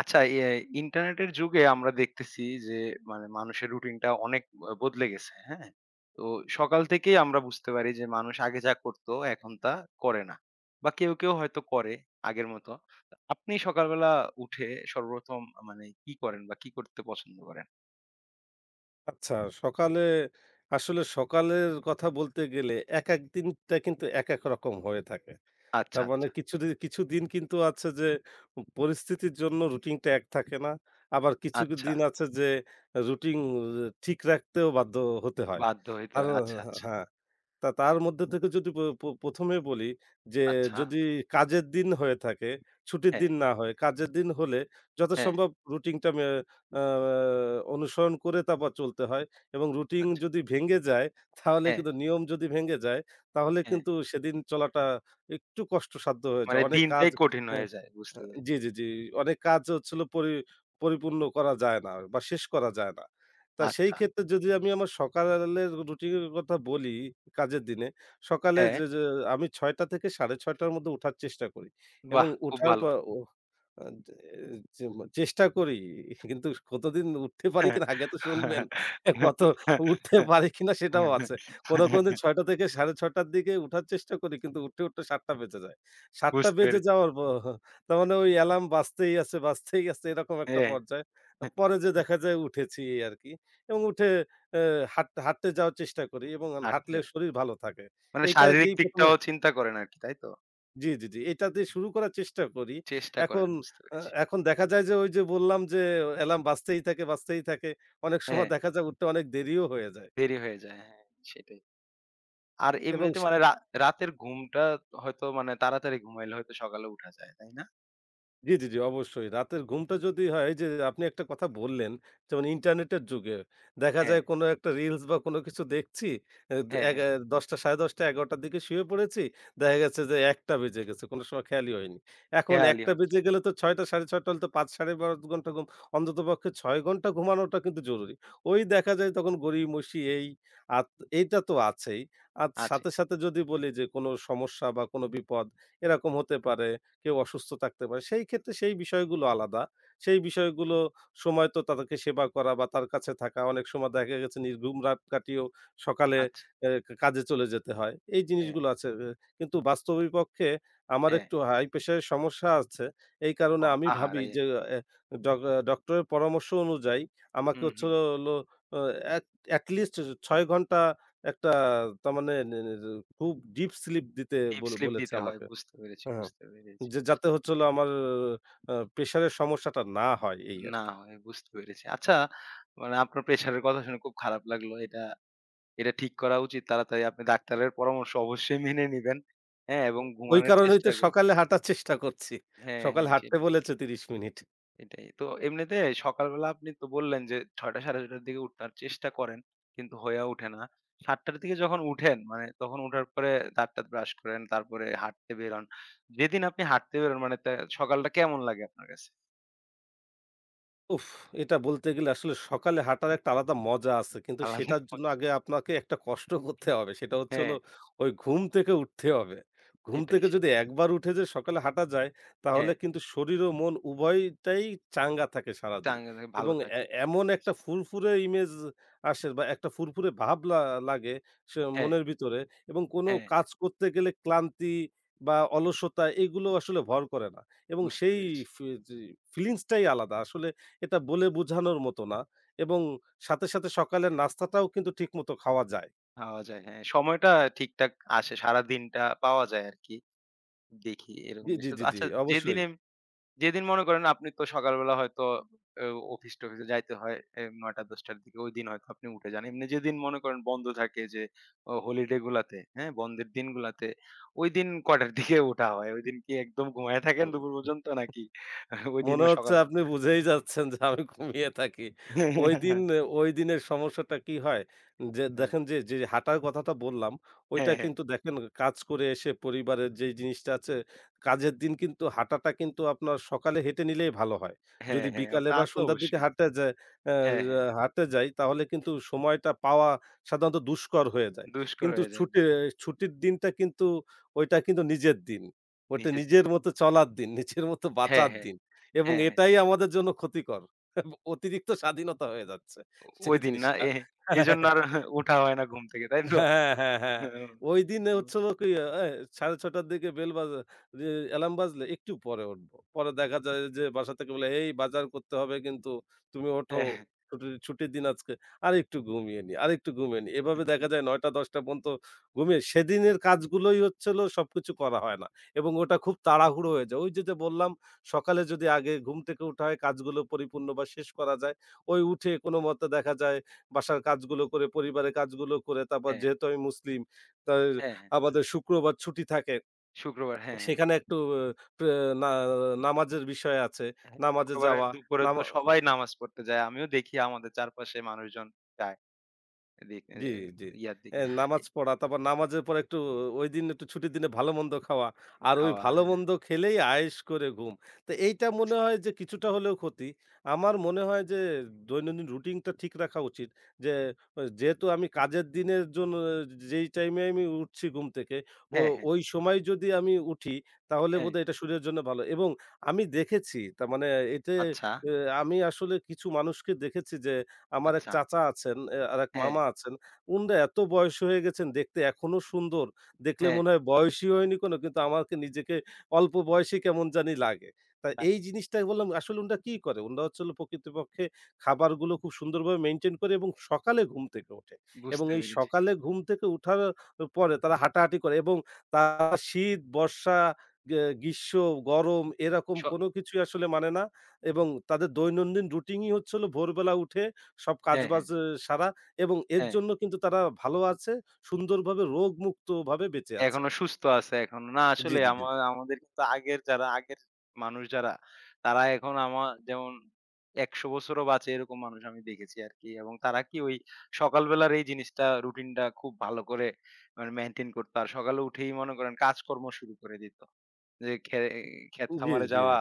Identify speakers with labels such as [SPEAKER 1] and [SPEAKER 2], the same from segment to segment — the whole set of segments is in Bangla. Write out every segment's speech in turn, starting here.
[SPEAKER 1] আচ্ছা, ইন্টারনেটের যুগে আমরা দেখতেছি যে মানে মানুষের রুটিনটা অনেক বদলে গেছে, হ্যাঁ? তো সকাল থেকেই আমরা বুঝতে পারি যে মানুষ আগে যা করত এখন তা করে না। বা কেউ হয়তো করে আগের মতো। তো আপনি সকালবেলা উঠে সর্বপ্রথম মানে কি করেন বা কি করতে পছন্দ করেন?
[SPEAKER 2] আচ্ছা, সকালে আসলে সকালের কথা বলতে গেলে একেক দিনটা কিন্তু একেক রকম হয়ে থাকে।
[SPEAKER 1] আচ্ছা,
[SPEAKER 2] তার মানে
[SPEAKER 1] আচ্ছা,
[SPEAKER 2] কিছুদিন কিন্তু আছে যে পরিস্থিতির জন্য রুটিনটা এক থাকে না। আবার কিছু
[SPEAKER 1] আচ্ছা।
[SPEAKER 2] দিন আছে যে রুটিন ঠিক রাখতেও বাধ্য হতে হয়।
[SPEAKER 1] বাধ্য হইতে
[SPEAKER 2] আর
[SPEAKER 1] হয়। আচ্ছা,
[SPEAKER 2] হ্যাঁ। হ্যাঁ,
[SPEAKER 1] আচ্ছা,
[SPEAKER 2] হ্যাঁ, তা তার মধ্যে থেকে যদি প প ১ম এ বলি যে
[SPEAKER 1] আচ্ছা।
[SPEAKER 2] যদি কাজের দিন হয়ে থাকে, ছুটির
[SPEAKER 1] হ্যাঁ,
[SPEAKER 2] দিন না হয়, কাজের দিন হলে
[SPEAKER 1] হ্যাঁ,
[SPEAKER 2] যথাসম্ভব রুটিনটা মে আ অনুসরণ করে তারপর চলতে হয় এবং রুটিন
[SPEAKER 1] আচ্ছা।
[SPEAKER 2] যদি ভেঙে যায়, তাহলে
[SPEAKER 1] হ্যাঁ,
[SPEAKER 2] কিন্তু নিয়ম যদি ভেঙে যায়, তাহলে
[SPEAKER 1] হ্যাঁ।
[SPEAKER 2] কিন্তু সেদিন চলাটা একটু কষ্টসাধ্য হয়ে
[SPEAKER 1] মানে
[SPEAKER 2] যায়। অনেক কাজ
[SPEAKER 1] দিনটাই কঠিন
[SPEAKER 2] অ্যা
[SPEAKER 1] হয়ে যায়।
[SPEAKER 2] আ
[SPEAKER 1] বুঝতে পেরেছি।
[SPEAKER 2] জি, জি, জি। অনেক কাজ হচ্ছে হলো পরিপূর্ণ করা যায় না বা শেষ করা যায় না। তা সেই
[SPEAKER 1] আচ্ছা।
[SPEAKER 2] ক্ষেত্রে যদি আমি আমার সকালের রুটিনের কথা বলি কাজের দিনে, সকালে
[SPEAKER 1] হ্যাঁ,
[SPEAKER 2] যে যে আমি ৬ঃ০০ থেকে ৬ঃ৩০ টার মধ্যে উঠার চেষ্টা করি এবং
[SPEAKER 1] বাহ! খুব
[SPEAKER 2] উঠার
[SPEAKER 1] ভালো।
[SPEAKER 2] পর ও আ যে চেষ্টা করি। কিন্তু কতদিন উঠতে পারি কিনা আগে তো শুনবেন। কত উঠতে পারি কিনা সেটাও আছে। কোনো দিন ৬ঃ০০ থেকে ৬:৩০ র দিকে উঠার চেষ্টা করি কিন্তু উঠতে ৭ঃ০০ বেজে যায়। ৭ঃ০০
[SPEAKER 1] বুঝতে
[SPEAKER 2] বেজে
[SPEAKER 1] পেরেছি।
[SPEAKER 2] যাওয়ার তার মানে ওই অ্যালার্ম বাজতেই আছে, বাজতেই আছে এরকম একটা
[SPEAKER 1] হ্যাঁ,
[SPEAKER 2] পর্যায়। পরে যেয়ে দেখা যায় উঠেছি এই আরকি। এবং উঠে অ্যা হাঁটতে যাওয়ার চেষ্টা করি এবং হাঁটলে
[SPEAKER 1] আচ্ছা।
[SPEAKER 2] শরীর ভালো থাকে।
[SPEAKER 1] মানে
[SPEAKER 2] এইটা
[SPEAKER 1] শারীরিক
[SPEAKER 2] দিয়েই ১ম এ
[SPEAKER 1] দিকটাও চিন্তা করেন আরকি, তাই তো?
[SPEAKER 2] জি, জি, জি। এটা দিয়ে শুরু করার চেষ্টা করি।
[SPEAKER 1] চেষ্টা করেন,
[SPEAKER 2] এখন
[SPEAKER 1] বুঝতে
[SPEAKER 2] আ
[SPEAKER 1] পেরেছি।
[SPEAKER 2] এখন দেখা যায় যে ওই যে বললাম যে অ্যালার্ম বাজতেই থাকে, বাজতেই থাকে। অনেক
[SPEAKER 1] হ্যাঁ,
[SPEAKER 2] সময় দেখা যায় উঠতে অনেক দেরিও হয়ে যায়
[SPEAKER 1] দেরি হয়ে যায়। হ্যাঁ, সেটাই। আর
[SPEAKER 2] এবং
[SPEAKER 1] এমনিতে মানে রাতের ঘুমটা হয়তো মানে তাড়াতাড়ি ঘুমাইলে হয়তো সকালে উঠা যায়, তাই না?
[SPEAKER 2] জি, জি, জি, অবশ্যই। রাতের ঘুমটা যদি হয় এই যে আপনি একটা কথা বললেন, যেমন ইন্টারনেটের যুগে দেখা
[SPEAKER 1] হ্যাঁ,
[SPEAKER 2] যায় কোনো একটা রিলস বা কোনো কিছু দেখছি, এ
[SPEAKER 1] হ্যাঁ, হ্যাঁ।
[SPEAKER 2] এগা ১০ঃ০০ ১০ঃ৩০ ১১ঃ০০ র দিকে শুয়ে পড়েছি। দেখা গেছে যে ১ঃ০০ বেজে গেছে। কোনো সময় খেয়ালই হয়নি। এখন
[SPEAKER 1] খেয়ালই
[SPEAKER 2] ১ঃ০০
[SPEAKER 1] হয়
[SPEAKER 2] বেজে গেলে তো ৬ঃ০০ ৬:৩০ হলে তো ৫ ১/২ ঘন্টা ঘুম। অন্ততপক্ষে ৬ ঘন্টা ঘুমানোটা কিন্তু জরুরি। ওই দেখা যায় তখন গড়িমসি এই আত এইটা তো আছেই। আর
[SPEAKER 1] আছে।
[SPEAKER 2] সাথে যদি বলি যে কোনো সমস্যা বা কোনো বিপদ এরকম হতে পারে কেউ অসুস্থ থাকতে পারে। সেই ক্ষেত্রে সেই বিষয়গুলো আলাদা। সেই বিষয়গুলো সময় তো তাদেরকে সেবা করা বা তার কাছে থাকা অনেক সময় দেখা গেছে নির্ঘুম রাত কাটিয়েও সকালে
[SPEAKER 1] আচ্ছা।
[SPEAKER 2] এ কাজে চলে যেতে হয়। এই
[SPEAKER 1] হ্যাঁ,
[SPEAKER 2] জিনিসগুলো আছে। কিন্তু বাস্তবিকপক্ষে আমার
[SPEAKER 1] হ্যাঁ।
[SPEAKER 2] একটু হাই প্রেশারের সমস্যা আছে। এই কারণে
[SPEAKER 1] অ
[SPEAKER 2] আমি ভাবি
[SPEAKER 1] আহারে!
[SPEAKER 2] যে এ ডক ডক্টরের পরামর্শ অনুযায়ী আমাকে
[SPEAKER 1] হুম,
[SPEAKER 2] হচ্ছে
[SPEAKER 1] হুম।
[SPEAKER 2] হলো অ এট এটলিস্ট ৬ ঘন্টা একটা তার মানে নে নে খুব ডিপ স্লিপ দিতে
[SPEAKER 1] ডিপ
[SPEAKER 2] বলে
[SPEAKER 1] স্লিপ
[SPEAKER 2] বলেছে
[SPEAKER 1] দিতে হয়।
[SPEAKER 2] আমাকে।
[SPEAKER 1] বুঝতে পেরেছি,
[SPEAKER 2] হ্যাঁ।
[SPEAKER 1] বুঝতে পেরেছি।
[SPEAKER 2] যে যাতে হচ্ছে হলো আমার প্রেশারের সমস্যাটা না হয় এই
[SPEAKER 1] না
[SPEAKER 2] আরকি।
[SPEAKER 1] হয়, বুঝতে পেরেছি। আচ্ছা, মানে আপনার প্রেশারের কথা শুনে খুব খারাপ লাগলো। এটা এটা ঠিক করা উচিত তাড়াতাড়ি। আপনি ডাক্তারের পরামর্শ অবশ্যই মেনে নিবেন। হ্যাঁ, এবং
[SPEAKER 2] ওই
[SPEAKER 1] ঘুমানোর
[SPEAKER 2] কারণেই
[SPEAKER 1] চেষ্টা
[SPEAKER 2] তো
[SPEAKER 1] করুন।
[SPEAKER 2] সকালে হাঁটার চেষ্টা করছি।
[SPEAKER 1] হ্যাঁ,
[SPEAKER 2] সকালে
[SPEAKER 1] হ্যাঁ,
[SPEAKER 2] হাঁটতে
[SPEAKER 1] সেটাই,
[SPEAKER 2] বলেছে ৩০ মিনিট।
[SPEAKER 1] সেটাই। তো এমনিতে সকালবেলা আপনি তো বললেন যে ৬:০০ ৬:৩০ র দিকে উঠার চেষ্টা করেন, কিন্তু হয়ে ওঠে না। ৭:০০ র দিকে যখন উঠেন, মানে তখন উঠার পরে দাঁত-টাত ব্রাশ করেন, তারপরে হাঁটতে বেরোন। যেদিন আপনি হাঁটতে বেরোন মানে তা সকালটা কেমন লাগে আপনার কাছে?
[SPEAKER 2] উফ! এটা বলতে গেলে আসলে সকালে হাঁটার একটা আলাদা মজা আছে। কিন্তু
[SPEAKER 1] আলাদাই
[SPEAKER 2] সেটার
[SPEAKER 1] মজা।
[SPEAKER 2] জন্য আগে আপনাকে একটা কষ্ট করতে হবে। সেটা হচ্ছে হলো
[SPEAKER 1] হ্যাঁ,
[SPEAKER 2] ওই ঘুম থেকে উঠতে হবে। ঘুম
[SPEAKER 1] সেটাই,
[SPEAKER 2] থেকে
[SPEAKER 1] সেটাই।
[SPEAKER 2] যদি একবার উঠে যে সকালে হাঁটা যায়, তাহলে
[SPEAKER 1] হ্যাঁ।
[SPEAKER 2] কিন্তু শরীর ও মন উভয়টাই চাঙ্গা থাকে সারাদিন।
[SPEAKER 1] চাঙ্গা থাকে, ভালো
[SPEAKER 2] এবং এ
[SPEAKER 1] থাকে। বুঝতে
[SPEAKER 2] এমন একটা
[SPEAKER 1] পেরেছি।
[SPEAKER 2] ফুরফুরে ইমেজ আসে বা একটা ফুরফুরে ভাব লাগে সে
[SPEAKER 1] হ্যাঁ,
[SPEAKER 2] মনের ভিতরে এবং কোনো
[SPEAKER 1] হ্যাঁ,
[SPEAKER 2] কাজ করতে গেলে ক্লান্তি বা অলসতা এগুলো আসলে ভর করে না। এবং
[SPEAKER 1] বুঝতে
[SPEAKER 2] সেই
[SPEAKER 1] পেরেছি।
[SPEAKER 2] ফি জি ফিলিংসটাই আলাদা। আসলে এটা বলে বোঝানোর মতো না এবং সাথে সকালের নাস্তাটাও কিন্তু ঠিকমতো খাওয়া যায়।
[SPEAKER 1] পাওয়া যায়। হ্যাঁ, সময়টা ঠিকঠাক আসে। সারাদিনটা পাওয়া যায় আরকি। দেখি এরকম
[SPEAKER 2] জি, জি,
[SPEAKER 1] জিনিসটা।
[SPEAKER 2] জি,
[SPEAKER 1] তো
[SPEAKER 2] জি,
[SPEAKER 1] আচ্ছা, যেদিন
[SPEAKER 2] অবশ্যই।
[SPEAKER 1] এম যেদিন মনে করেন আপনি তো সকালবেলা হয়তো অ অফিস-টফিসে যাইতে হয় এ ৯:০০-১০:০০ র দিকে ওইদিন হয়তো আপনি উঠে যান। এমনি যেদিন মনে করেন বন্ধ থাকে যে হলিডে গুলাতে, হ্যাঁ? বন্ধের দিনগুলাতে ওইদিন কয়টার দিকে ওঠা হয়? ওইদিন কি একদম ঘুমায়ে থাকেন দুপুর পর্যন্ত নাকি
[SPEAKER 2] মনে
[SPEAKER 1] ওইদিনও
[SPEAKER 2] হচ্ছে
[SPEAKER 1] সকালবেলা?
[SPEAKER 2] আপনি বুঝেই যাচ্ছেন যে আমি ঘুমিয়ে থাকি। ওইদিন ওইদিনের সমস্যাটা কি হয়? যে
[SPEAKER 1] হ্যাঁ,
[SPEAKER 2] দেখেন যে হাঁটার কথাটা বললাম, ওইটা
[SPEAKER 1] হ্যাঁ, হ্যাঁ।
[SPEAKER 2] কিন্তু দেখেন কাজ করে এসে পরিবারের যেই জিনিসটা আছে, কাজের দিন কিন্তু হাঁটাটা কিন্তু আপনার সকালে হেঁটে নিলেই ভালো হয়।
[SPEAKER 1] হ্যাঁ,
[SPEAKER 2] যদি
[SPEAKER 1] হ্যাঁ।
[SPEAKER 2] বিকালে
[SPEAKER 1] তা
[SPEAKER 2] বা
[SPEAKER 1] তো
[SPEAKER 2] সন্ধ্যার দিকে
[SPEAKER 1] অবশ্যই।
[SPEAKER 2] হাঁটতে যায় অ্যা
[SPEAKER 1] হ্যাঁ, হ্যাঁ।
[SPEAKER 2] হাঁটতে যাই তাহলে কিন্তু সময়টা পাওয়া সাধারণত দুষ্কর হয়ে যায়।
[SPEAKER 1] দুষ্কর
[SPEAKER 2] কিন্তু
[SPEAKER 1] হয়ে যায়
[SPEAKER 2] ছুটির দিনটা কিন্তু ওইটা কিন্তু নিজের দিন। ওটা
[SPEAKER 1] নিজের দিন।
[SPEAKER 2] নিজের মতো চলার দিন, নিজের মতো
[SPEAKER 1] হ্যাঁ,
[SPEAKER 2] বাঁচার
[SPEAKER 1] হ্যাঁ।
[SPEAKER 2] দিন। এবং
[SPEAKER 1] হ্যাঁ, হ্যাঁ।
[SPEAKER 2] এটাই আমাদের জন্য ক্ষতিকর। অতিরিক্ত স্বাধীনতা হয়ে যাচ্ছে যে
[SPEAKER 1] ওইদিন না
[SPEAKER 2] জিনিসটা।
[SPEAKER 1] এজন্য আর ওঠা হয় না ঘুম থেকে। তাই তো?
[SPEAKER 2] হ্যাঁ, হ্যাঁ, হ্যাঁ।
[SPEAKER 1] হ্যাঁ, হ্যাঁ,
[SPEAKER 2] ঐদিন হচ্ছে হলো কি আ এ ৬:৩০ র দিকে বেল বাজে যে অ্যালার্ম বাজলে একটু পরে উঠবো। পরে দেখা যায় যে বাসা থেকে বলে, "এই বাজার করতে হবে কিন্তু তুমি ওঠো।
[SPEAKER 1] হ্যাঁ, হ্যাঁ।
[SPEAKER 2] ছুটির দিন আজকে। আরেকটু ঘুমিয়ে নিই, আরেকটু ঘুমিয়ে নিই।" এভাবে দেখা যায় ৯ঃ০০-১০ঃ০০ পর্যন্ত ঘুমিয়ে সেদিনের কাজগুলোই হচ্ছে হলো সবকিছু করা হয় না এবং ওটা খুব তাড়াহুড়ো হয়ে যায়। ওই যে বললাম সকালে যদি আগে ঘুম থেকে উঠা হয় কাজগুলো পরিপূর্ণ বা শেষ করা যায়, ওই উঠে কোনমতে দেখা যায় বাসার কাজগুলো করে, পরিবারের কাজগুলো করে, তারপর যেহেতু আমি মুসলিম, তাই
[SPEAKER 1] হ্যাঁ,
[SPEAKER 2] আমাদের শুক্রবার ছুটি থাকে।
[SPEAKER 1] শুক্রবার, হ্যাঁ, হ্যাঁ।
[SPEAKER 2] সেখানে একটু আহ, প্রে না নামাজের বিষয় আছে।
[SPEAKER 1] হ্যাঁ,
[SPEAKER 2] নামাজে
[SPEAKER 1] শুক্রবারের
[SPEAKER 2] যাওয়া,
[SPEAKER 1] দুপুরে তো
[SPEAKER 2] নামা
[SPEAKER 1] সবাই নামাজ পড়তে যায়। আমিও দেখি আমাদের চারপাশে মানুষজন যায়। এদিক
[SPEAKER 2] জি, জি।
[SPEAKER 1] ইয়ার দিকে এ
[SPEAKER 2] নামাজ পড়া, তারপর নামাজের পর একটু ঐদিন একটু ছুটির দিনে ভালো-মন্দ খাওয়া। আর ওই
[SPEAKER 1] খাওয়া।
[SPEAKER 2] ভালো-মন্দ খেলেই আয়েশ করে ঘুম। তো এইটা মনে হয় যে কিছুটা হলেও ক্ষতি। আমার মনে হয় যে দৈনন্দিন রুটিনটা ঠিক রাখা উচিত। যে যেহেতু আমি কাজের দিনের জন্য যেই টাইমে আমি উঠছি ঘুম থেকে, ও
[SPEAKER 1] হ্যাঁ, হ্যাঁ,
[SPEAKER 2] ওই সময় যদি আমি উঠি তাহলে
[SPEAKER 1] হ্যাঁ।
[SPEAKER 2] বোধহয় এটা শরীরের জন্য ভালো। এবং আমি দেখেছি তার মানে এতে
[SPEAKER 1] আচ্ছা,
[SPEAKER 2] এ আমি আসলে কিছু মানুষকে দেখেছি যে আমার এক
[SPEAKER 1] আচ্ছা।
[SPEAKER 2] চাচা আছেন, আরেক
[SPEAKER 1] হ্যাঁ,
[SPEAKER 2] মামা আছেন। উনারা এত বয়স হয়ে গেছেন দেখতে এখনো সুন্দর। দেখলে
[SPEAKER 1] হ্যাঁ।
[SPEAKER 2] মনে হয় বয়সই হয়নি কোনো কিন্তু আমাকে নিজেকে অল্প বয়সী কেমন জানি লাগে। তা
[SPEAKER 1] বা
[SPEAKER 2] এই জিনিসটাই বললাম আসলে উনারা কি করে? উনারা হচ্ছে হলো প্রকৃতপক্ষে খাবারগুলো খুব সুন্দরভাবে মেইনটেইন করে এবং সকালে ঘুম থেকে ওঠে। এবং
[SPEAKER 1] বুঝতে
[SPEAKER 2] এই
[SPEAKER 1] পেরেছি।
[SPEAKER 2] সকালে ঘুম থেকে উঠার পরে তারা হাঁটাহাঁটি করে এবং তারা শীত, বর্ষা, গ্রীষ্ম, গরম এরকম
[SPEAKER 1] স
[SPEAKER 2] কোনো কিছুই আসলে মানে না এবং তাদের দৈনন্দিন রুটিনই হচ্ছে হলো ভোরবেলা উঠে সব
[SPEAKER 1] হ্যাঁ, হ্যাঁ,
[SPEAKER 2] কাজবাজ সারা এবং এর
[SPEAKER 1] হ্যাঁ।
[SPEAKER 2] জন্য কিন্তু তারা ভালো আছে, সুন্দরভাবে রোগমুক্তভাবে বেঁচে আছে।
[SPEAKER 1] এখনো সুস্থ আছে এখন। না
[SPEAKER 2] জি,
[SPEAKER 1] আসলে
[SPEAKER 2] জি, জি।
[SPEAKER 1] আমাদের কিন্তু আগের যারা আগের মানুষ যারা, তারা এখন আমার যেমন ১০০ বছরও বাঁচে এরকম মানুষ আমি দেখেছি আরকি। এবং তারা কি ওই সকালবেলার এই জিনিসটা রুটিনটা খুব ভালো করে মানে মেইনটেইন করতো। আর সকালে উঠেই মনে করেন কাজকর্ম শুরু করে দিত। যে ক্ষেত
[SPEAKER 2] জি,
[SPEAKER 1] খামারে
[SPEAKER 2] জি।
[SPEAKER 1] যাওয়া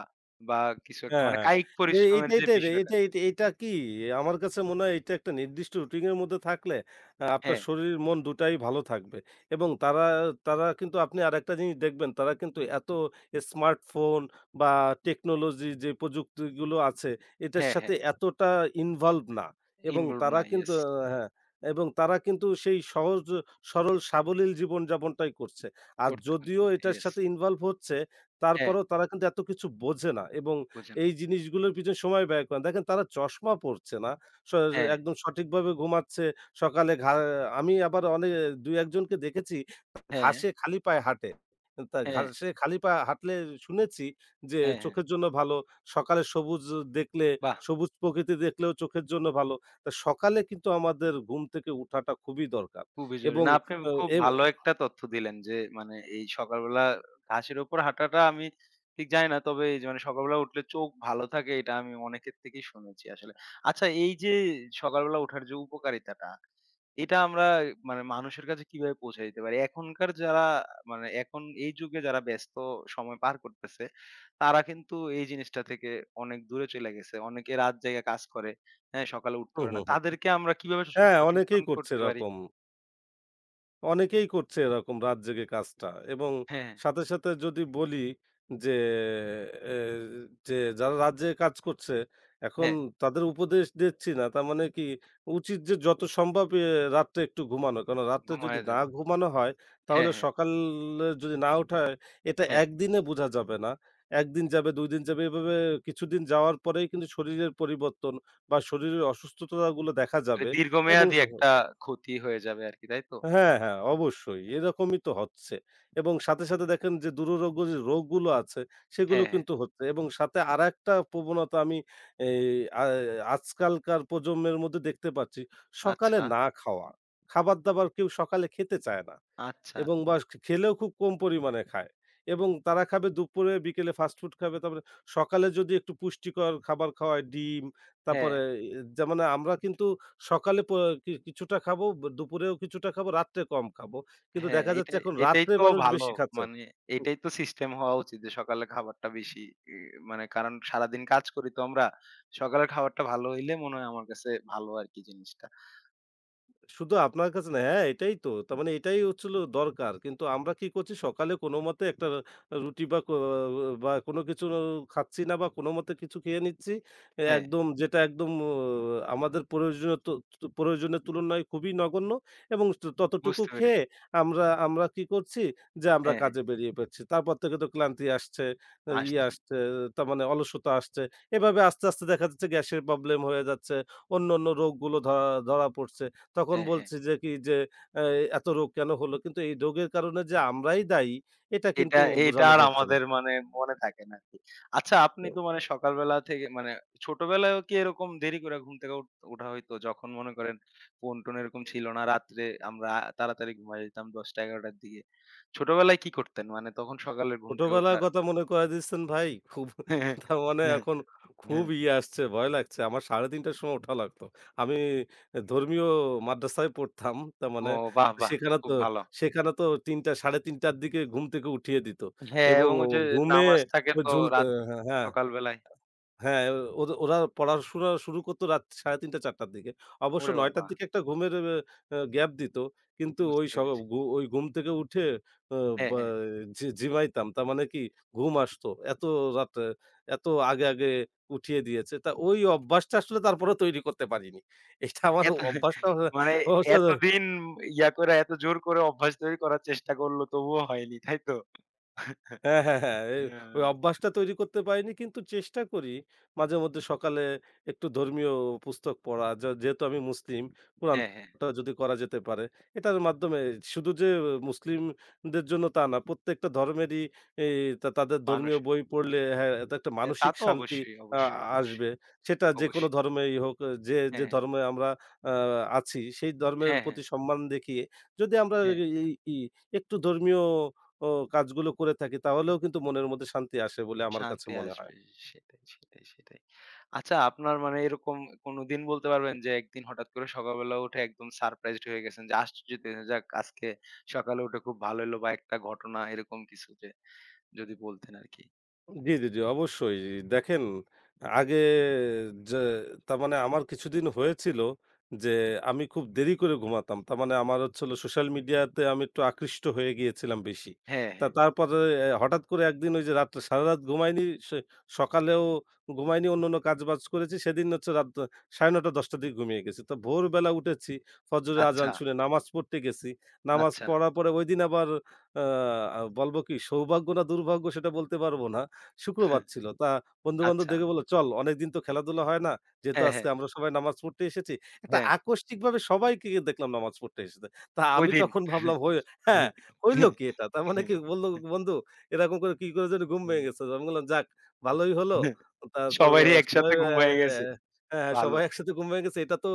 [SPEAKER 1] বা কিছু একটা
[SPEAKER 2] হ্যাঁ,
[SPEAKER 1] মানে
[SPEAKER 2] হ্যাঁ।
[SPEAKER 1] কায়িক
[SPEAKER 2] এ
[SPEAKER 1] পরিশ্রমের
[SPEAKER 2] এইটা
[SPEAKER 1] যে
[SPEAKER 2] এইটাই রে
[SPEAKER 1] বিষয়টা,
[SPEAKER 2] এইটা এইটা এইটা কি? আমার কাছে মনে হয় এইটা একটা নির্দিষ্ট রুটিন এর মধ্যে থাকলে আপনার
[SPEAKER 1] হ্যাঁ,
[SPEAKER 2] শরীর মন দুটাই ভালো থাকবে। এবং তারা তারা কিন্তু আপনি আরেকটা জিনিস দেখবেন তারা কিন্তু এত স্মার্টফোন বা টেকনোলজি যে প্রযুক্তিগুলো আছে এটার
[SPEAKER 1] হ্যাঁ,
[SPEAKER 2] সাথে
[SPEAKER 1] হ্যাঁ।
[SPEAKER 2] এতটা ইনভলভ না। এবং
[SPEAKER 1] ইনভলভ
[SPEAKER 2] তারা
[SPEAKER 1] না,
[SPEAKER 2] কিন্তু
[SPEAKER 1] ইয়েস।
[SPEAKER 2] আ হ্যাঁ, এবং তারা কিন্তু সেই সহজ সরল সাবলীল জীবনযাপনটাই করছে। আর
[SPEAKER 1] করতে পারছে,
[SPEAKER 2] যদিও এটার
[SPEAKER 1] ইয়েস।
[SPEAKER 2] সাথে ইনভলভ হচ্ছে
[SPEAKER 1] হ্যাঁ,
[SPEAKER 2] তারপরেও তারা কিন্তু এত কিছু বোঝে না এবং
[SPEAKER 1] বুঝেন।
[SPEAKER 2] এই জিনিসগুলোর পিছনে সময় ব্যয় করেন। দেখেন তারা চশমা পড়ছে না। স
[SPEAKER 1] হ্যাঁ,
[SPEAKER 2] একদম সঠিকভাবে ঘুমাচ্ছে। সকালে আমি আবার অনে ২-১ জনকে দেখেছি
[SPEAKER 1] হ্যাঁ,
[SPEAKER 2] ঘাসে খালি পায়ে হাঁটে। তা
[SPEAKER 1] হ্যাঁ,
[SPEAKER 2] ঘাসে খালি পা হাঁটলে শুনেছি যে
[SPEAKER 1] হ্যাঁ, হ্যাঁ।
[SPEAKER 2] চোখের জন্য ভালো। সকালে সবুজ দেখলে,
[SPEAKER 1] বাহ!
[SPEAKER 2] সবুজ প্রকৃতি দেখলেও চোখের জন্য ভালো। তা সকালে কিন্তু আমাদের ঘুম থেকে উঠাটা খুবই দরকার
[SPEAKER 1] খুবই জরুরি।
[SPEAKER 2] এবং
[SPEAKER 1] না আপনি
[SPEAKER 2] আ
[SPEAKER 1] খুব
[SPEAKER 2] এব
[SPEAKER 1] ভালো একটা তথ্য দিলেন যে মানে এই সকালবেলা ঘাসের উপর হাঁটাটা আমি ঠিক জানি না। তবে এই যে মানে সকালবেলা উঠলে চোখ ভালো থাকে এটা আমি অনেকের থেকেই শুনেছি আসলে। আচ্ছা, এই যে সকালবেলা ওঠার যে উপকারিতাটা, এটা আমরা মানে মানুষের কাছে কিভাবে পৌঁছে দিতে পারি? এখনকার যারা মানে এখন এই যুগে যারা ব্যস্ত সময় পার করতেছে, তারা কিন্তু এই জিনিসটা থেকে অনেক দূরে চলে গেছে। অনেকে রাত জেগে কাজ করে। হ্যাঁ, সকালে উঠতে
[SPEAKER 2] হুম,
[SPEAKER 1] পারে
[SPEAKER 2] হুম,
[SPEAKER 1] না।
[SPEAKER 2] হুম।
[SPEAKER 1] তাদেরকে আমরা কিভাবে
[SPEAKER 2] হ্যাঁ,
[SPEAKER 1] সচেতন
[SPEAKER 2] অনেকেই করছে
[SPEAKER 1] করতে পারি?
[SPEAKER 2] এরকম। অনেকেই করছে এরকম রাত জেগে কাজটা এবং
[SPEAKER 1] হ্যাঁ। হ্যাঁ।
[SPEAKER 2] সাথে যদি বলি যে এ যে যারা রাত জেগে কাজ করছে, এখন
[SPEAKER 1] হ্যাঁ,
[SPEAKER 2] তাদের উপদেশ দিচ্ছি না। তার মানে কি উচিত যে যত সম্ভব রাত্রে একটু ঘুমানো। কারণ রাত্রে যদি
[SPEAKER 1] ঘুমায়ে
[SPEAKER 2] না
[SPEAKER 1] যাওয়া।
[SPEAKER 2] ঘুমানো হয় তাহলে
[SPEAKER 1] হ্যাঁ, হ্যাঁ,
[SPEAKER 2] সকালে যদি না ওঠা হয় এটা
[SPEAKER 1] হ্যাঁ।
[SPEAKER 2] একদিনে বোঝা যাবে না। ১ দিন যাবে, ২ দিন যাবে এভাবে কিছুদিন যাওয়ার পরেই কিন্তু শরীরের পরিবর্তন বা শরীরের অসুস্থতাগুলো দেখা
[SPEAKER 1] এ
[SPEAKER 2] যাবে এবং
[SPEAKER 1] দীর্ঘমেয়াদী একটা ক্ষতি হয়ে যাবে আরকি, তাই তো?
[SPEAKER 2] হ্যাঁ, হ্যাঁ, অবশ্যই। এরকমই তো হচ্ছে। এবং সাথে দেখেন যে দুরারোগ্য যে রোগগুলো আছে সেগুলো
[SPEAKER 1] হ্যাঁ, হ্যাঁ।
[SPEAKER 2] কিন্তু হচ্ছে এবং সাথে আরেকটা প্রবণতা আমি এই আ আজকালকার প্রজন্মের মধ্যে দেখতে পাচ্ছি। সকালে
[SPEAKER 1] আচ্ছা,
[SPEAKER 2] না খাওয়া। খাবার-দাবার কেউ সকালে খেতে চায় না।
[SPEAKER 1] আচ্ছা।
[SPEAKER 2] এবং বাস খেলেও খুব কম পরিমাণে খায়। এবং তারা খাবে দুপুরে, বিকেলে ফাস্ট ফুড খাবে। তারপরে সকালে যদি একটু পুষ্টিকর খাবার খাওয়ায় ডিম,
[SPEAKER 1] হ্যাঁ,
[SPEAKER 2] তারপরে এ যে মানে আমরা কিন্তু সকালে কি কিছুটা খাবো, দুপুরেও কিছুটা খাবো, রাত্রে কম খাবো। কিন্তু
[SPEAKER 1] হ্যাঁ,
[SPEAKER 2] দেখা যাচ্ছে
[SPEAKER 1] এটাই
[SPEAKER 2] এখন
[SPEAKER 1] এটাই
[SPEAKER 2] রাত্রে
[SPEAKER 1] তো
[SPEAKER 2] মানুষ
[SPEAKER 1] ভালো।
[SPEAKER 2] বেশি খাচ্ছে।
[SPEAKER 1] মানে এটাই তো সিস্টেম হওয়া উচিত যে সকালে খাবারটা বেশি, ই মানে কারণ সারাদিন কাজ করি তো আমরা। সকালের খাবারটা ভালো হইলে মনে হয় আমার কাছে ভালো আরকি জিনিসটা।
[SPEAKER 2] শুধু আপনার কাছে না, হ্যাঁ, এটাই তো। তার মানে এটাই হচ্ছিল দরকার। কিন্তু আমরা কি করছি সকালে কোনোমতে একটা রুটি বা কো বা কোনো কিছু খাচ্ছি না বা কোনোমতে কিছু খেয়ে নিচ্ছি।
[SPEAKER 1] হ্যাঁ,
[SPEAKER 2] একদম যেটা একদম ও আমাদের প্রয়োজনীয় তো প্রয়োজনের তুলনায় খুবই নগণ্য এবং ততটুকু
[SPEAKER 1] বুঝতে
[SPEAKER 2] খেয়ে
[SPEAKER 1] পেরেছি।
[SPEAKER 2] আমরা আমরা কি করছি যে আমরা
[SPEAKER 1] হ্যাঁ, হ্যাঁ,
[SPEAKER 2] কাজে বেরিয়ে পড়ছি। তারপর থেকে তো ক্লান্তি আসছে, আহ, ইয়ে
[SPEAKER 1] আসছি।
[SPEAKER 2] আসছে তার মানে অলসতা আসছে। এভাবে আস্তে দেখা যাচ্ছে গ্যাসের প্রবলেম হয়ে যাচ্ছে। অন্যান্য রোগগুলো ধরা ধরা পড়ছে। তখন
[SPEAKER 1] হ্যাঁ, হ্যাঁ।
[SPEAKER 2] বলছি যে কি যে, "এ এত রোগ কেন হলো?" কিন্তু এই রোগের কারণে যে আমরাই দায়ী এটা
[SPEAKER 1] এটা
[SPEAKER 2] কিন্তু
[SPEAKER 1] এটা
[SPEAKER 2] বোঝানো
[SPEAKER 1] আর
[SPEAKER 2] যাচ্ছে না।
[SPEAKER 1] আমাদের মানে মনে থাকে না আরকি। আচ্ছা, আপনি তো মানে সকালবেলা থেকে মানে ছোটবেলায়ও কি এরকম দেরি করে ঘুম থেকে উঠা হইতো? যখন মনে করেন ফোন-টোন এরকম ছিল না, রাত্রে আমরা তাড়াতাড়ি ঘুমায়ে যেতাম ১০টা-১১টার দিকে। ছোটবেলায় কি করতেন? মানে তখন সকালে ঘুম থেকে
[SPEAKER 2] ছোটবেলার
[SPEAKER 1] ওঠা।
[SPEAKER 2] কথা মনে করায় দিচ্ছেন ভাই। খুব
[SPEAKER 1] হ্যাঁ,
[SPEAKER 2] তার মানে
[SPEAKER 1] হ্যাঁ,
[SPEAKER 2] এখন খুব
[SPEAKER 1] হ্যাঁ।
[SPEAKER 2] ইয়ে আসছে, ভয় লাগছে। আমার ৩:৩০ র সময় ওঠা লাগতো। আমি ধর্মীয় মাদ্রাসায় পড়তাম। তার
[SPEAKER 1] ও
[SPEAKER 2] মানে
[SPEAKER 1] বাহ! বাহ!
[SPEAKER 2] সেখানে তো
[SPEAKER 1] খুব ভালো।
[SPEAKER 2] সেখানে তো ৩টা ৩:৩০ টার দিকে ঘুম থেকে উঠিয়ে দিত
[SPEAKER 1] হ্যাঁ,
[SPEAKER 2] এবং
[SPEAKER 1] এবং ওই যে
[SPEAKER 2] ঘুমে
[SPEAKER 1] নামাজ থাকে তো
[SPEAKER 2] ঝুলত
[SPEAKER 1] রাত,
[SPEAKER 2] হ্যাঁ। হ্যাঁ।
[SPEAKER 1] সকাল বেলায়।
[SPEAKER 2] হ্যাঁ, ওরা পড়াশোনা শুরু করত রাত ৩:৩০ ৪:০০ র দিকে। অবশ্য
[SPEAKER 1] ওরে
[SPEAKER 2] ৯:০০ র
[SPEAKER 1] বাবা!
[SPEAKER 2] দিকে একটা ঘুমের অ্যা অ্যা গ্যাপ দিত। কিন্তু ওই
[SPEAKER 1] বুঝতে
[SPEAKER 2] স
[SPEAKER 1] পেরেছি।
[SPEAKER 2] ঘু ওই ঘুম থেকে উঠে অ
[SPEAKER 1] হ্যাঁ,
[SPEAKER 2] বা
[SPEAKER 1] হ্যাঁ।
[SPEAKER 2] ঝি ঝিমাইতাম। তার মানে কি ঘুম আসতো। এত রাতে, এত আগে উঠিয়ে দিয়েছে। তা ওই অভ্যাসটা আসলে তারপরে তৈরি করতে পারিনি। এটা আমার
[SPEAKER 1] এত
[SPEAKER 2] অভ্যাসটা
[SPEAKER 1] মানে এতদিন ইয়া করে এত জোর করে অভ্যাস তৈরি করার চেষ্টা করলো তবুও হয়নি, তাই তো?
[SPEAKER 2] হ্যাঁ, হ্যাঁ, হ্যাঁ। এই
[SPEAKER 1] হ্যাঁ,
[SPEAKER 2] ওই অভ্যাসটা তৈরি করতে পারিনি কিন্তু চেষ্টা করি মাঝেমধ্যে সকালে একটু ধর্মীয় পুস্তক পড়া। যে যেহেতু আমি মুসলিম,
[SPEAKER 1] হ্যাঁ, হ্যাঁ।
[SPEAKER 2] কুরআনটা যদি করা যেতে পারে। এটার মাধ্যমে শুধু যে মুসলিমদের জন্য তা না, প্রত্যেকটা ধর্মেরই এই তাদের
[SPEAKER 1] মানুষ,
[SPEAKER 2] ধর্মীয় বই পড়লে হ্যাঁ, এটা একটা
[SPEAKER 1] হ্যাঁ, তা
[SPEAKER 2] মানসিক
[SPEAKER 1] তো
[SPEAKER 2] শান্তি
[SPEAKER 1] অবশ্যই,
[SPEAKER 2] আ
[SPEAKER 1] অবশ্যই, অবশ্যই,
[SPEAKER 2] আসবে। সেটা যেকোনো
[SPEAKER 1] অবশ্যই।
[SPEAKER 2] ধর্মেই হোক, যে
[SPEAKER 1] হ্যাঁ,
[SPEAKER 2] ধর্মে আমরা আ আছি সেই ধর্মের
[SPEAKER 1] হ্যাঁ, হ্যাঁ, হ্যাঁ,
[SPEAKER 2] প্রতি সম্মান দেখিয়ে যদি আমরা
[SPEAKER 1] হ্যাঁ,
[SPEAKER 2] এই ই একটু ধর্মীয় ও কাজগুলো করে থাকি তাহলেও কিন্তু মনের মধ্যে শান্তি আসে বলে আমার কাছে
[SPEAKER 1] শান্তি
[SPEAKER 2] মনে হয়।
[SPEAKER 1] আসবে। সেটাই, সেটাই, সেটাই। আচ্ছা, আপনার মানে এরকম কোনদিন বলতে পারবেন যে একদিন হঠাৎ করে সকালবেলা উঠে একদম সারপ্রাইজড হয়ে গেছেন যে আশ্চর্যিত হয়ে যাক আজকে সকালে উঠে খুব ভালো হলো বা একটা ঘটনা এরকম কিছু, যে যদি বলতেন আরকি?
[SPEAKER 2] জি, জি, জি, অবশ্যই। দেখেন আগে যে তার মানে আমার কিছুদিন হয়েছিল যে আমি খুব দেরি করে ঘুমাতাম। তার মানে আমার হচ্ছে হলো সোশ্যাল মিডিয়াতে আমি একটু আকৃষ্ট হয়ে গিয়েছিলাম বেশি।
[SPEAKER 1] হ্যাঁ,
[SPEAKER 2] তা
[SPEAKER 1] হ্যাঁ।
[SPEAKER 2] তারপরে হঠাৎ করে একদিন ওই যে রাত্রে সারারাত ঘুমাইনি, সে সকালেও ঘুমাইনি, অন্যান্য কাজবাজ করেছি। সেদিন হচ্ছে রাত ৯:৩০ ১০:০০ র দিকে ঘুমিয়ে গেছি। তো ভোরবেলা উঠেছি, ফজরের আজান
[SPEAKER 1] আচ্ছা,
[SPEAKER 2] শুনে নামাজ পড়তে গেছি। নামাজ
[SPEAKER 1] আচ্ছা।
[SPEAKER 2] পড়ার পরে ঐদিন আবার আ বলব কি সৌভাগ্য না দুর্ভাগ্য সেটা বলতে পারব না। শুক্রবার
[SPEAKER 1] হ্যাঁ,
[SPEAKER 2] ছিল। তা বন্ধু-বান্ধব
[SPEAKER 1] আচ্ছা।
[SPEAKER 2] দেখে বলল, "চল অনেকদিন তো খেলাধুলা হয় না। যেহেতু
[SPEAKER 1] হ্যাঁ, হ্যাঁ,
[SPEAKER 2] আজকে আমরা সবাই নামাজ পড়তে এসেছি।" একটা
[SPEAKER 1] হ্যাঁ।
[SPEAKER 2] আকস্মিকভাবে সবাইকে দেখলাম নামাজ পড়তে এসেছে। তা আমি
[SPEAKER 1] ঐদিন।
[SPEAKER 2] তখন ভাবলাম হয়ে হ্যাঁ, হইল কি এটা? তার মানে কি বলল, "বন্ধু এরকম করে কি করে জানি ঘুম ভেঙে গেছে।" আমি বললাম, "যাক ভালোই হলো।" তা তো
[SPEAKER 1] সবারই
[SPEAKER 2] সবাই
[SPEAKER 1] একসাথে ঘুম
[SPEAKER 2] অ্যা
[SPEAKER 1] ভেঙে
[SPEAKER 2] অ্যা
[SPEAKER 1] গেছে।
[SPEAKER 2] হ্যাঁ,
[SPEAKER 1] ভালো।
[SPEAKER 2] সবাই একসাথে ঘুম ভেঙে গেছে। এটা তো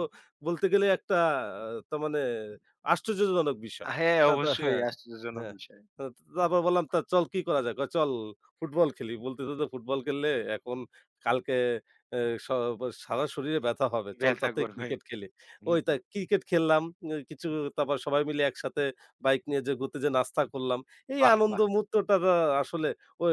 [SPEAKER 2] বলতে গেলে একটা আহ, তার মানে আশ্চর্যজনক বিষয়।
[SPEAKER 1] হ্যাঁ,
[SPEAKER 2] তা তো
[SPEAKER 1] অবশ্যই
[SPEAKER 2] হ্যাঁ,
[SPEAKER 1] আশ্চর্যজনক
[SPEAKER 2] হ্যাঁ।
[SPEAKER 1] বিষয়।
[SPEAKER 2] তারপর বললাম, "তা চল কি করা যায়?" কয়, "চল" ফুটবল খেলি। বলতেছে যে, "ফুটবল খেললে এখন কালকে এ স সারা শরীরে ব্যথা হবে। চল
[SPEAKER 1] ব্যথা
[SPEAKER 2] তার থেকে
[SPEAKER 1] করবে।
[SPEAKER 2] ক্রিকেট খেলি।" ওই তাই ক্রিকেট খেললাম। এ কিছু তারপর সবাই মিলে একসাথে বাইক নিয়ে যে ঘুরতে যেয়ে নাস্তা করলাম। এই
[SPEAKER 1] বাহ!
[SPEAKER 2] আনন্দ
[SPEAKER 1] বাহ!
[SPEAKER 2] মুহূর্তটা আসলে ও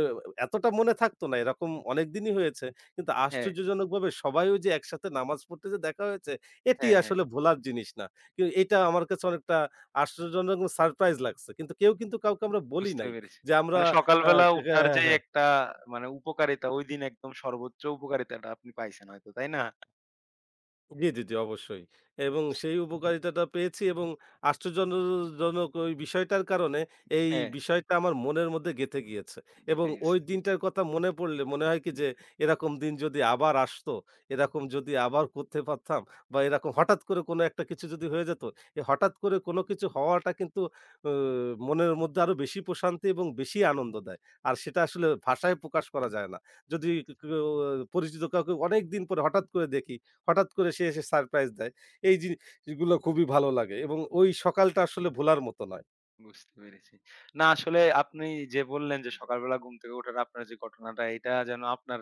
[SPEAKER 2] এতটা মনে থাকতো না। এরকম অনেকদিনই হয়েছে। কিন্তু
[SPEAKER 1] হ্যাঁ,
[SPEAKER 2] আশ্চর্যজনকভাবে সবাই ওই যে একসাথে নামাজ পড়তে যে দেখা হয়েছে, এটি
[SPEAKER 1] হ্যাঁ, হ্যাঁ।
[SPEAKER 2] আসলে ভোলার জিনিস না। কি এটা আমার কাছে অনেকটা আশ্চর্যজনক সারপ্রাইজ লাগছে। কিন্তু কেউ কিন্তু কাউকে আমরা বলি
[SPEAKER 1] বুঝতে
[SPEAKER 2] নাই
[SPEAKER 1] পেরেছি।
[SPEAKER 2] যে আমরা
[SPEAKER 1] মানে
[SPEAKER 2] আ
[SPEAKER 1] সকালবেলা উঠার যে একটা মানে উপকারিতা ঐদিন একদম সর্বোচ্চ উপকারিতাটা আপনি পাইছেন হয়তো, তাই না?
[SPEAKER 2] জি, জি, জি, অবশ্যই। এবং
[SPEAKER 1] বুঝতে
[SPEAKER 2] সেই হু, হু। উপকারিতাটা পেয়েছি এবং আশ্চর্যজনক ওই বিষয়টার কারণে এই
[SPEAKER 1] হ্যাঁ,
[SPEAKER 2] বিষয়টা আমার মনের মধ্যে গেঁথে গিয়েছে। এবং
[SPEAKER 1] জিতে গেছে।
[SPEAKER 2] ওই দিনটার কথা মনে পড়লে মনে হয় কি যে এরকম দিন যদি আবার আসতো, এরকম যদি আবার করতে পারতাম বা এরকম হঠাৎ করে কোনো একটা কিছু যদি হয়ে যেত, হঠাৎ করে কোনো কিছু হওয়াটা কিন্তু অ মনের মধ্যে আরো বেশি প্রশান্তি এবং বেশি আনন্দ দেয়। আর সেটা আসলে ভাষায় প্রকাশ করা যায় না। যদি কেউ আহ, পরিচিত কাউকে অনেকদিন পরে হঠাৎ করে দেখি হঠাৎ করে সে এসে সারপ্রাইজ দেয়। এই জিনিসগুলো খুবই ভালো লাগে এবং ওই সকালটা আসলে ভোলার মতো নয়।
[SPEAKER 1] বুঝতে পেরেছি। না আসলে আপনি যে বললেন যে সকালবেলা ঘুম থেকে ওঠার আপনার যে ঘটনাটা এটা যেন আপনার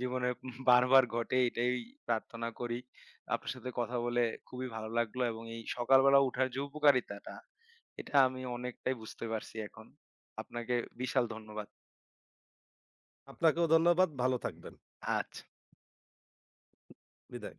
[SPEAKER 1] জীবনে বারবার ঘটে এটাই প্রার্থনা করি। আপনার সাথে কথা বলে খুবই ভালো লাগলো এবং এই সকালবেলা উঠার যে উপকারিতাটা এটা আমি অনেকটাই বুঝতে পারছি এখন। আপনাকে বিশাল ধন্যবাদ।
[SPEAKER 2] আপনাকেও ধন্যবাদ। ভালো থাকবেন।
[SPEAKER 1] আচ্ছা।
[SPEAKER 2] বিদায়।